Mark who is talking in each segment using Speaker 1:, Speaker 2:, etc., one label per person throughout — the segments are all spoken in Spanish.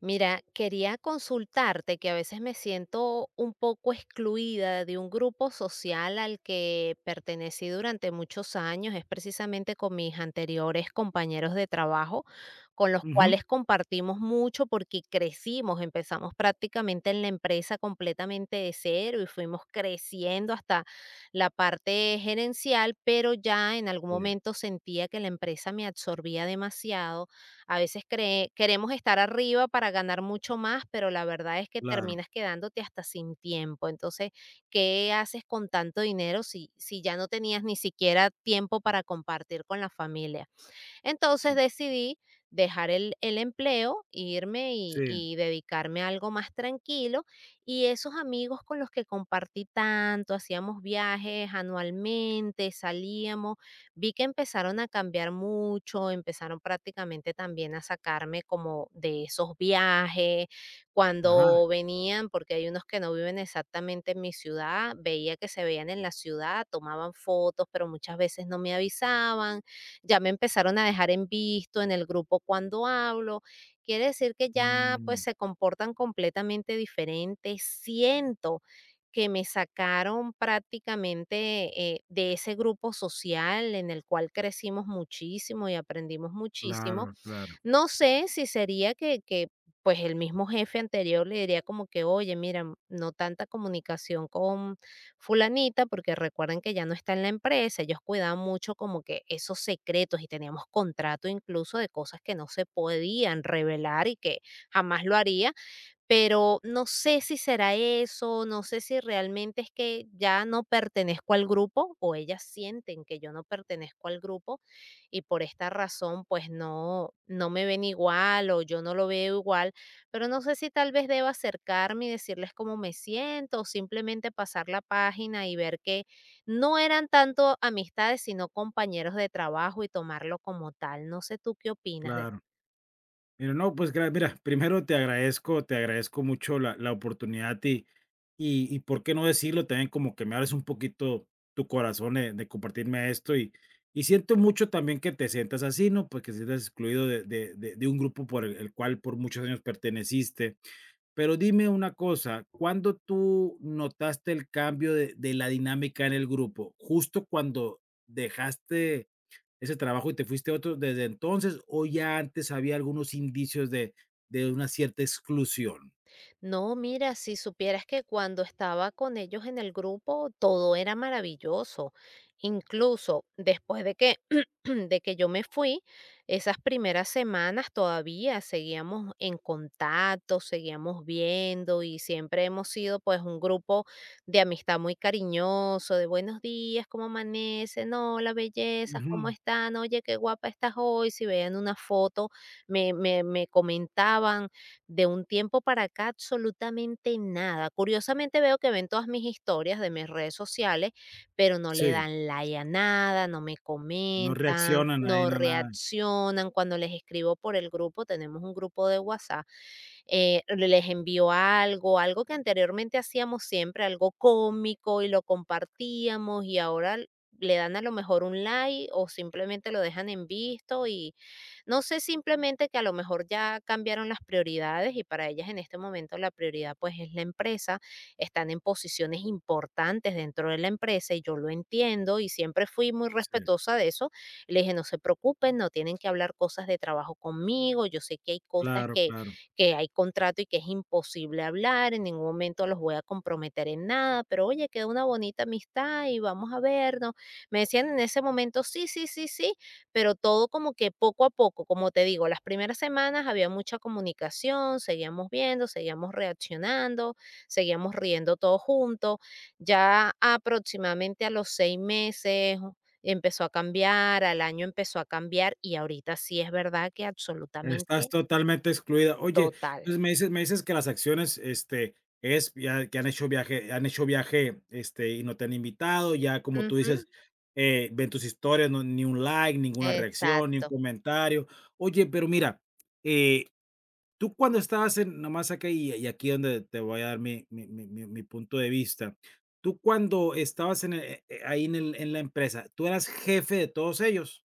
Speaker 1: Mira, quería consultarte que a veces me siento un poco excluida de un grupo social al que pertenecí durante muchos años, es precisamente con mis anteriores compañeros de trabajo, con los
Speaker 2: Ujú.
Speaker 1: cuales compartimos mucho porque crecimos, empezamos prácticamente en la empresa completamente de cero y fuimos creciendo hasta la parte gerencial, pero ya en algún
Speaker 2: Sí,
Speaker 1: momento sentía que la empresa me absorbía demasiado. A veces queremos estar arriba para ganar mucho más, pero la verdad es que
Speaker 2: claro,
Speaker 1: terminas quedándote hasta sin tiempo. Entonces, ¿qué haces con tanto dinero si ya no tenías ni siquiera tiempo para compartir con la familia? Entonces
Speaker 2: sí,
Speaker 1: decidí dejar el empleo, irme y,
Speaker 2: sí,
Speaker 1: y dedicarme a algo más tranquilo. Y esos amigos con los que compartí tanto, hacíamos viajes anualmente, salíamos, vi que empezaron a cambiar mucho, empezaron prácticamente también a sacarme como de esos viajes,
Speaker 2: ajá,
Speaker 1: cuando venían, porque hay unos que no viven exactamente en mi ciudad, veía que se veían en la ciudad, tomaban fotos, pero muchas veces no me avisaban, ya me empezaron a dejar en visto en el grupo cuando hablo. Quiere decir que ya pues
Speaker 2: mm,
Speaker 1: se comportan completamente diferentes. Siento que me sacaron prácticamente de ese grupo social en el cual crecimos muchísimo y aprendimos muchísimo.
Speaker 2: claro, claro,
Speaker 1: No sé si sería que, pues, el mismo jefe anterior le diría como que: "Oye, mira, no tanta comunicación con fulanita", porque recuerden que ya no está en la empresa, ellos cuidaban mucho como que esos secretos y teníamos contrato incluso de cosas que no se podían revelar y que jamás lo haría, pero no sé si será eso, no sé si realmente es que ya no pertenezco al grupo o ellas sienten que yo no pertenezco al grupo y por esta razón pues no me ven igual o yo no lo veo igual, pero no sé si tal vez deba acercarme y decirles cómo me siento o simplemente pasar la página y ver que no eran tanto amistades sino compañeros de trabajo y tomarlo como tal. No sé tú qué opinas.
Speaker 2: claro. Mira, no, pues, gra mira, primero te agradezco mucho la oportunidad y y por qué no decirlo, también como que me abres un poquito tu corazón de compartirme esto y siento mucho también que te sientas así, ¿no? Pues, que te sientas excluido de un grupo por el cual por muchos años perteneciste. Pero dime una cosa, ¿cuándo tú notaste el cambio de la dinámica en el grupo? ¿Justo cuando dejaste ese trabajo y te fuiste a otro desde entonces, o ya antes había algunos indicios de una cierta exclusión?
Speaker 1: No, mira, si supieras que cuando estaba con ellos en el grupo, todo era maravilloso. Incluso después de que, de que yo me fui, esas primeras semanas todavía seguíamos en contacto, seguíamos viendo y siempre hemos sido pues un grupo de amistad muy cariñoso, de buenos días, cómo amanece, no, la belleza, cómo
Speaker 2: Ujú.
Speaker 1: están, oye, qué guapa estás hoy, si vean una foto, me comentaban. De un tiempo para acá, absolutamente nada. Curiosamente veo que ven todas mis historias de mis redes sociales, pero no le
Speaker 2: Sí,
Speaker 1: dan like a nada, no me
Speaker 2: no
Speaker 1: comentan,
Speaker 2: reaccionan ahí,
Speaker 1: no
Speaker 2: no nada.
Speaker 1: reaccionan. Cuando les escribo por el grupo, tenemos un grupo de WhatsApp, les envío algo, algo que anteriormente hacíamos siempre, algo cómico y lo compartíamos y ahora le dan a lo mejor un like o simplemente lo dejan en visto. No sé, simplemente que a lo mejor ya cambiaron las prioridades y para ellas en este momento la prioridad pues es la empresa, están en posiciones importantes dentro de la empresa y yo lo entiendo y siempre fui muy
Speaker 2: Sí,
Speaker 1: respetuosa de eso. Le dije, no se preocupen, no tienen que hablar cosas de trabajo conmigo, yo sé que hay cosas
Speaker 2: claro,
Speaker 1: que,
Speaker 2: claro.
Speaker 1: que hay contrato y que es imposible hablar, en ningún momento los voy a comprometer en nada, pero oye, queda una bonita amistad y vamos a vernos. Me decían en ese momento, sí, sí, sí, sí, pero todo como que poco a poco, como te digo, las primeras semanas había mucha comunicación, seguíamos viendo, seguíamos reaccionando, seguíamos riendo todos juntos. Ya aproximadamente a los 6 meses empezó a cambiar, al año empezó a cambiar y ahorita sí es verdad que
Speaker 2: Estás
Speaker 1: absolutamente
Speaker 2: totalmente excluida. Oye,
Speaker 1: total.
Speaker 2: entonces me dices que las acciones, este, es ya que han hecho viaje, este, y no te han invitado, ya como tú
Speaker 1: Ujú.
Speaker 2: dices, ven tus historias, no ni un like, ninguna reacción, ni un
Speaker 1: Exacto.
Speaker 2: comentario. Oye, pero mira, eh, tú cuando estabas en nomás acá y aquí donde te voy a dar mi mi punto de vista. Tú cuando estabas en, ahí en el en la empresa, ¿tú eras jefe de todos ellos?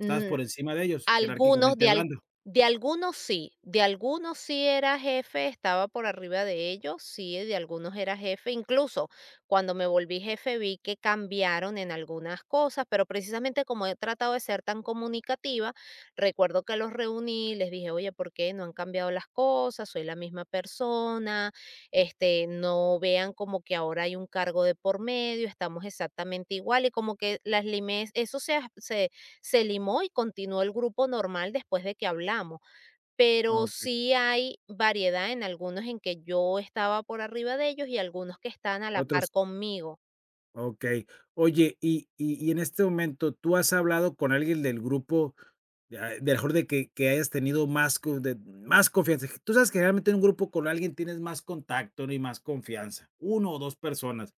Speaker 2: ¿Estabas por encima de ellos,
Speaker 1: Algunos,
Speaker 2: jerárquicamente hablando?
Speaker 1: de algunos sí era jefe, estaba por arriba de ellos, sí, de algunos era jefe. Incluso cuando me volví jefe, vi que cambiaron en algunas cosas, pero precisamente como he tratado de ser tan comunicativa, recuerdo que los reuní, les dije: "Oye, ¿por qué no han cambiado las cosas? Soy la misma persona, este, no vean como que ahora hay un cargo de por medio, estamos exactamente igual", y como que las limé, eso se as se se limó y continuó el grupo normal después de que hablamos, pero
Speaker 2: Ok.
Speaker 1: sí hay variedad en algunos en que yo estaba por arriba de ellos y algunos que están a la
Speaker 2: Otros,
Speaker 1: par conmigo.
Speaker 2: okey. Oye, y y en este momento, ¿tú has hablado con alguien del grupo, ah, de a mejor de que hayas tenido más co de más confianza? Tú sabes que generalmente en un grupo con alguien tienes más contacto, ¿no? Y más confianza, uno o 2 personas.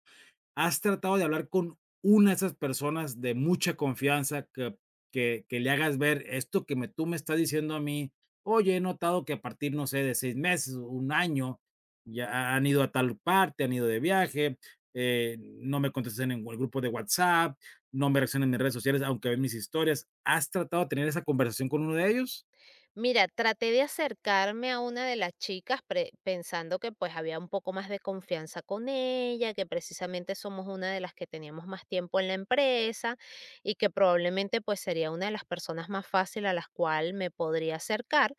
Speaker 2: ¿Has tratado de hablar con una de esas personas de mucha confianza que, que le hagas ver esto tú me estás diciendo a mí? Oye, he notado que a partir, no sé, de seis meses, un año, ya han ido a tal parte, han ido de viaje, no me contestan en el grupo de WhatsApp, no me reaccionan en mis redes sociales, aunque ven mis historias. ¿Has tratado de tener esa conversación con uno de ellos?
Speaker 1: Mira, traté de acercarme a una de las chicas pensando que pues había un poco más de confianza con ella, que precisamente somos una de las que teníamos más tiempo en la empresa y que probablemente pues sería una de las personas más fácil a las cuales me podría acercar,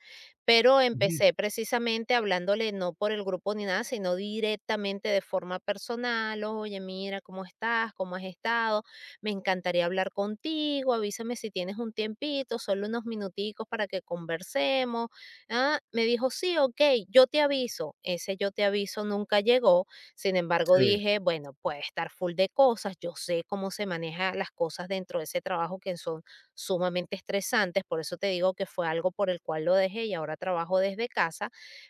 Speaker 1: pero
Speaker 2: Ujú,
Speaker 1: empecé precisamente hablándole no por el grupo ni nada, sino directamente de forma personal, oye, mira, ¿cómo estás? ¿Cómo has estado? Me encantaría hablar contigo, avísame si tienes un tiempito, solo unos minuticos para que conversemos. Ah, me dijo, sí, ok, yo te aviso. Ese yo te aviso nunca llegó. Sin embargo,
Speaker 2: sí,
Speaker 1: dije, bueno, puede estar full de cosas, yo sé cómo se manejan las cosas dentro de ese trabajo que son sumamente estresantes, por eso te digo que fue algo por el cual lo dejé y ahora trabajo desde casa,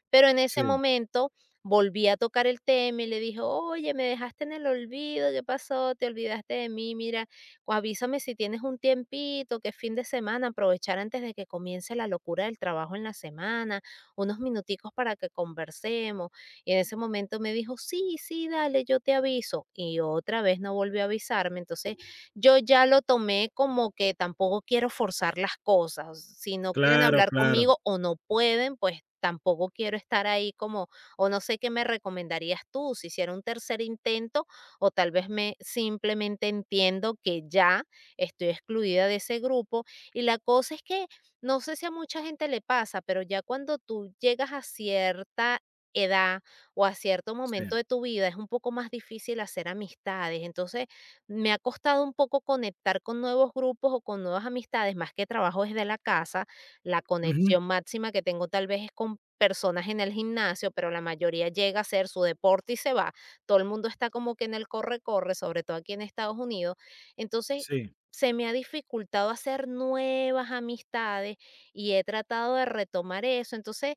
Speaker 1: pero en
Speaker 2: sí,
Speaker 1: ese momento volví a tocar el tema y le dije, oye, me dejaste en el olvido, ¿qué pasó? Te olvidaste de mí, mira, o avísame si tienes un tiempito, que es fin de semana, aprovechar antes de que comience la locura del trabajo en la semana, unos minuticos para que conversemos. Y en ese momento me dijo, sí, sí, dale, yo te aviso. Y otra vez no volvió a avisarme. Entonces yo ya lo tomé como que tampoco quiero forzar las cosas. Si no quieren
Speaker 2: claro,
Speaker 1: hablar
Speaker 2: claro,
Speaker 1: conmigo o no pueden, pues tampoco quiero estar ahí como, o no sé qué me recomendarías tú, si hiciera un tercer intento o tal vez me simplemente entiendo que ya estoy excluida de ese grupo. Y la cosa es que no sé si a mucha gente le pasa, pero ya cuando tú llegas a cierta edad o a cierto momento
Speaker 2: sí.
Speaker 1: de tu vida es un poco más difícil hacer amistades. Entonces, me ha costado un poco conectar con nuevos grupos o con nuevas amistades, más que trabajo desde la casa. La
Speaker 2: Ujú,
Speaker 1: conexión máxima que tengo tal vez es con personas en el gimnasio, pero la mayoría llega a hacer su deporte y se va, todo el mundo está como que en el corre-corre, sobre todo aquí en Estados Unidos. Entonces,
Speaker 2: sí.
Speaker 1: se me ha dificultado hacer nuevas amistades y he tratado de retomar eso. Entonces,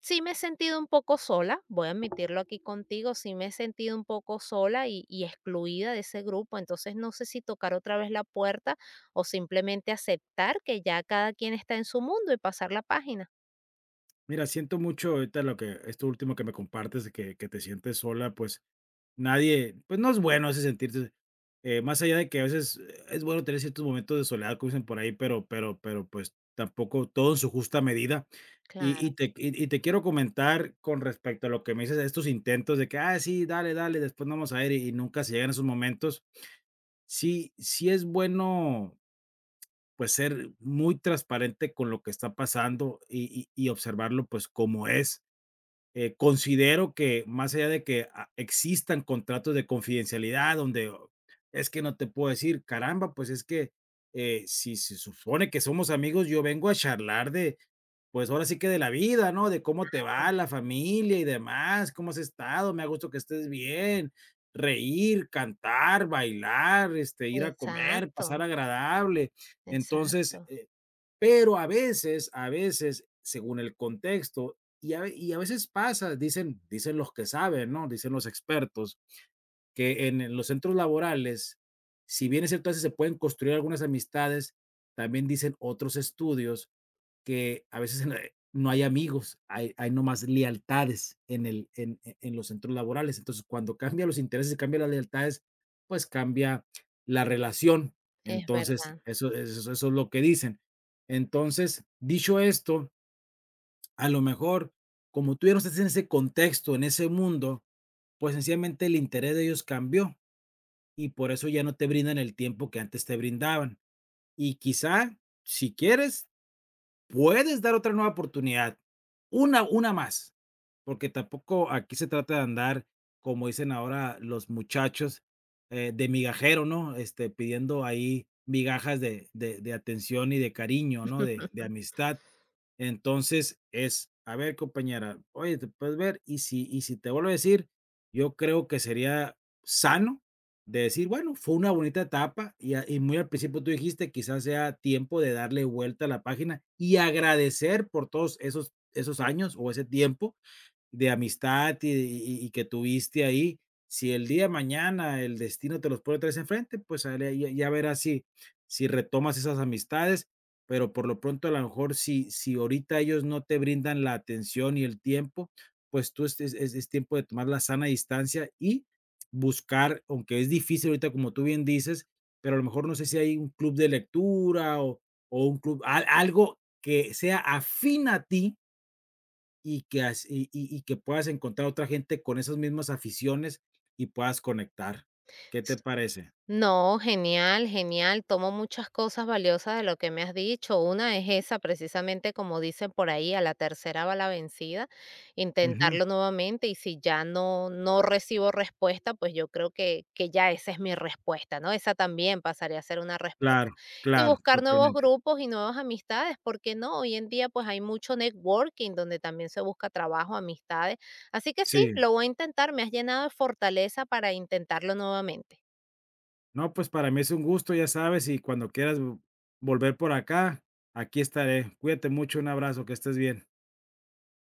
Speaker 1: sí me he sentido un poco sola, voy a admitirlo aquí contigo, sí me he sentido un poco sola y excluida de ese grupo. Entonces, no sé si tocar otra vez la puerta o simplemente aceptar que ya cada quien está en su mundo y pasar la página.
Speaker 2: Mira, siento mucho ahorita lo que esto último que me compartes de que te sientes sola, pues, nadie pues, no es bueno ese sentirse, más allá de que a veces es bueno tener ciertos momentos de soledad, como dicen por ahí, pero pero, pues, tampoco todo en su justa medida. Y
Speaker 1: Claro,
Speaker 2: y te quiero comentar con respecto a lo que me dices de estos intentos de que: "Ah, sí, dale, dale, después vamos a ir", y nunca se llegan esos momentos. Sí es bueno, pues, ser muy transparente con lo que está pasando y y observarlo, pues, como es. Considero que más allá de que existan contratos de confidencialidad donde oh, es que no te puedo decir, caramba, pues es que si se supone que somos amigos, yo vengo a charlar de, pues ahora sí que de la vida, ¿no? De cómo te va la familia y demás, cómo has estado, me ha gusto que estés bien, reír, cantar, bailar, este, ir a comer, pasar
Speaker 1: exacto,
Speaker 2: agradable. Entonces,
Speaker 1: exacto,
Speaker 2: pero a veces, según el contexto, y a veces pasa, dicen, dicen los que saben, ¿no? Dicen los expertos, que en, los centros laborales, si bien es cierto, a veces se pueden construir algunas amistades, también dicen otros estudios que a veces en la no hay amigos, hay nomás lealtades en el en los centros laborales. Entonces, cuando cambian los intereses y cambian las lealtades, pues cambia la relación.
Speaker 1: es
Speaker 2: Entonces,
Speaker 1: verdad.
Speaker 2: eso es lo que dicen. Entonces, dicho esto, a lo mejor, como tú ya no estás en ese contexto, en ese mundo, pues sencillamente el interés de ellos cambió y por eso ya no te brindan el tiempo que antes te brindaban. Y quizá, si quieres, puedes dar otra nueva oportunidad, una más, porque tampoco aquí se trata de andar, como dicen ahora los muchachos, de migajero, ¿no? Este, pidiendo ahí migajas de atención y de cariño, ¿no? De amistad. Entonces es, a ver, compañera, oye, te puedes ver y si te vuelvo a decir, yo creo que sería sano de decir, bueno, fue una bonita etapa y muy al principio tú dijiste, quizás sea tiempo de darle vuelta a la página y agradecer por todos esos años o ese tiempo de amistad y y que tuviste ahí, si el día de mañana el destino te los pone otra vez enfrente, pues, ahora ya verás si si retomas esas amistades, pero por lo pronto, a lo mejor, si ahorita ellos no te brindan la atención y el tiempo, pues, tú es tiempo de tomar la sana distancia y buscar, aunque es difícil ahorita, como tú bien dices, pero a lo mejor no sé si hay un club de lectura o un club, al algo que sea afín a ti y que, y que puedas encontrar otra gente con esas mismas aficiones y puedas conectar. ¿Qué te parece?
Speaker 1: No, genial, genial. Tomo muchas cosas valiosas de lo que me has dicho. Una es esa, precisamente como dicen por ahí, a la tercera va la vencida,
Speaker 2: Ujú.
Speaker 1: intentarlo nuevamente y si ya no, no recibo respuesta, pues yo creo que ya esa es mi respuesta, ¿no? Esa también pasaría a ser una respuesta.
Speaker 2: Claro,
Speaker 1: Y
Speaker 2: claro,
Speaker 1: buscar nuevos
Speaker 2: totalmente.
Speaker 1: grupos y nuevas amistades, porque no, hoy en día pues hay mucho networking donde también se busca trabajo, amistades. Así que sí,
Speaker 2: Sí.
Speaker 1: lo voy a intentar, me has llenado de fortaleza para intentarlo nuevamente.
Speaker 2: No, pues para mí es un gusto, ya sabes, y cuando quieras volver por acá, aquí estaré. Cuídate mucho, un abrazo, que estés bien.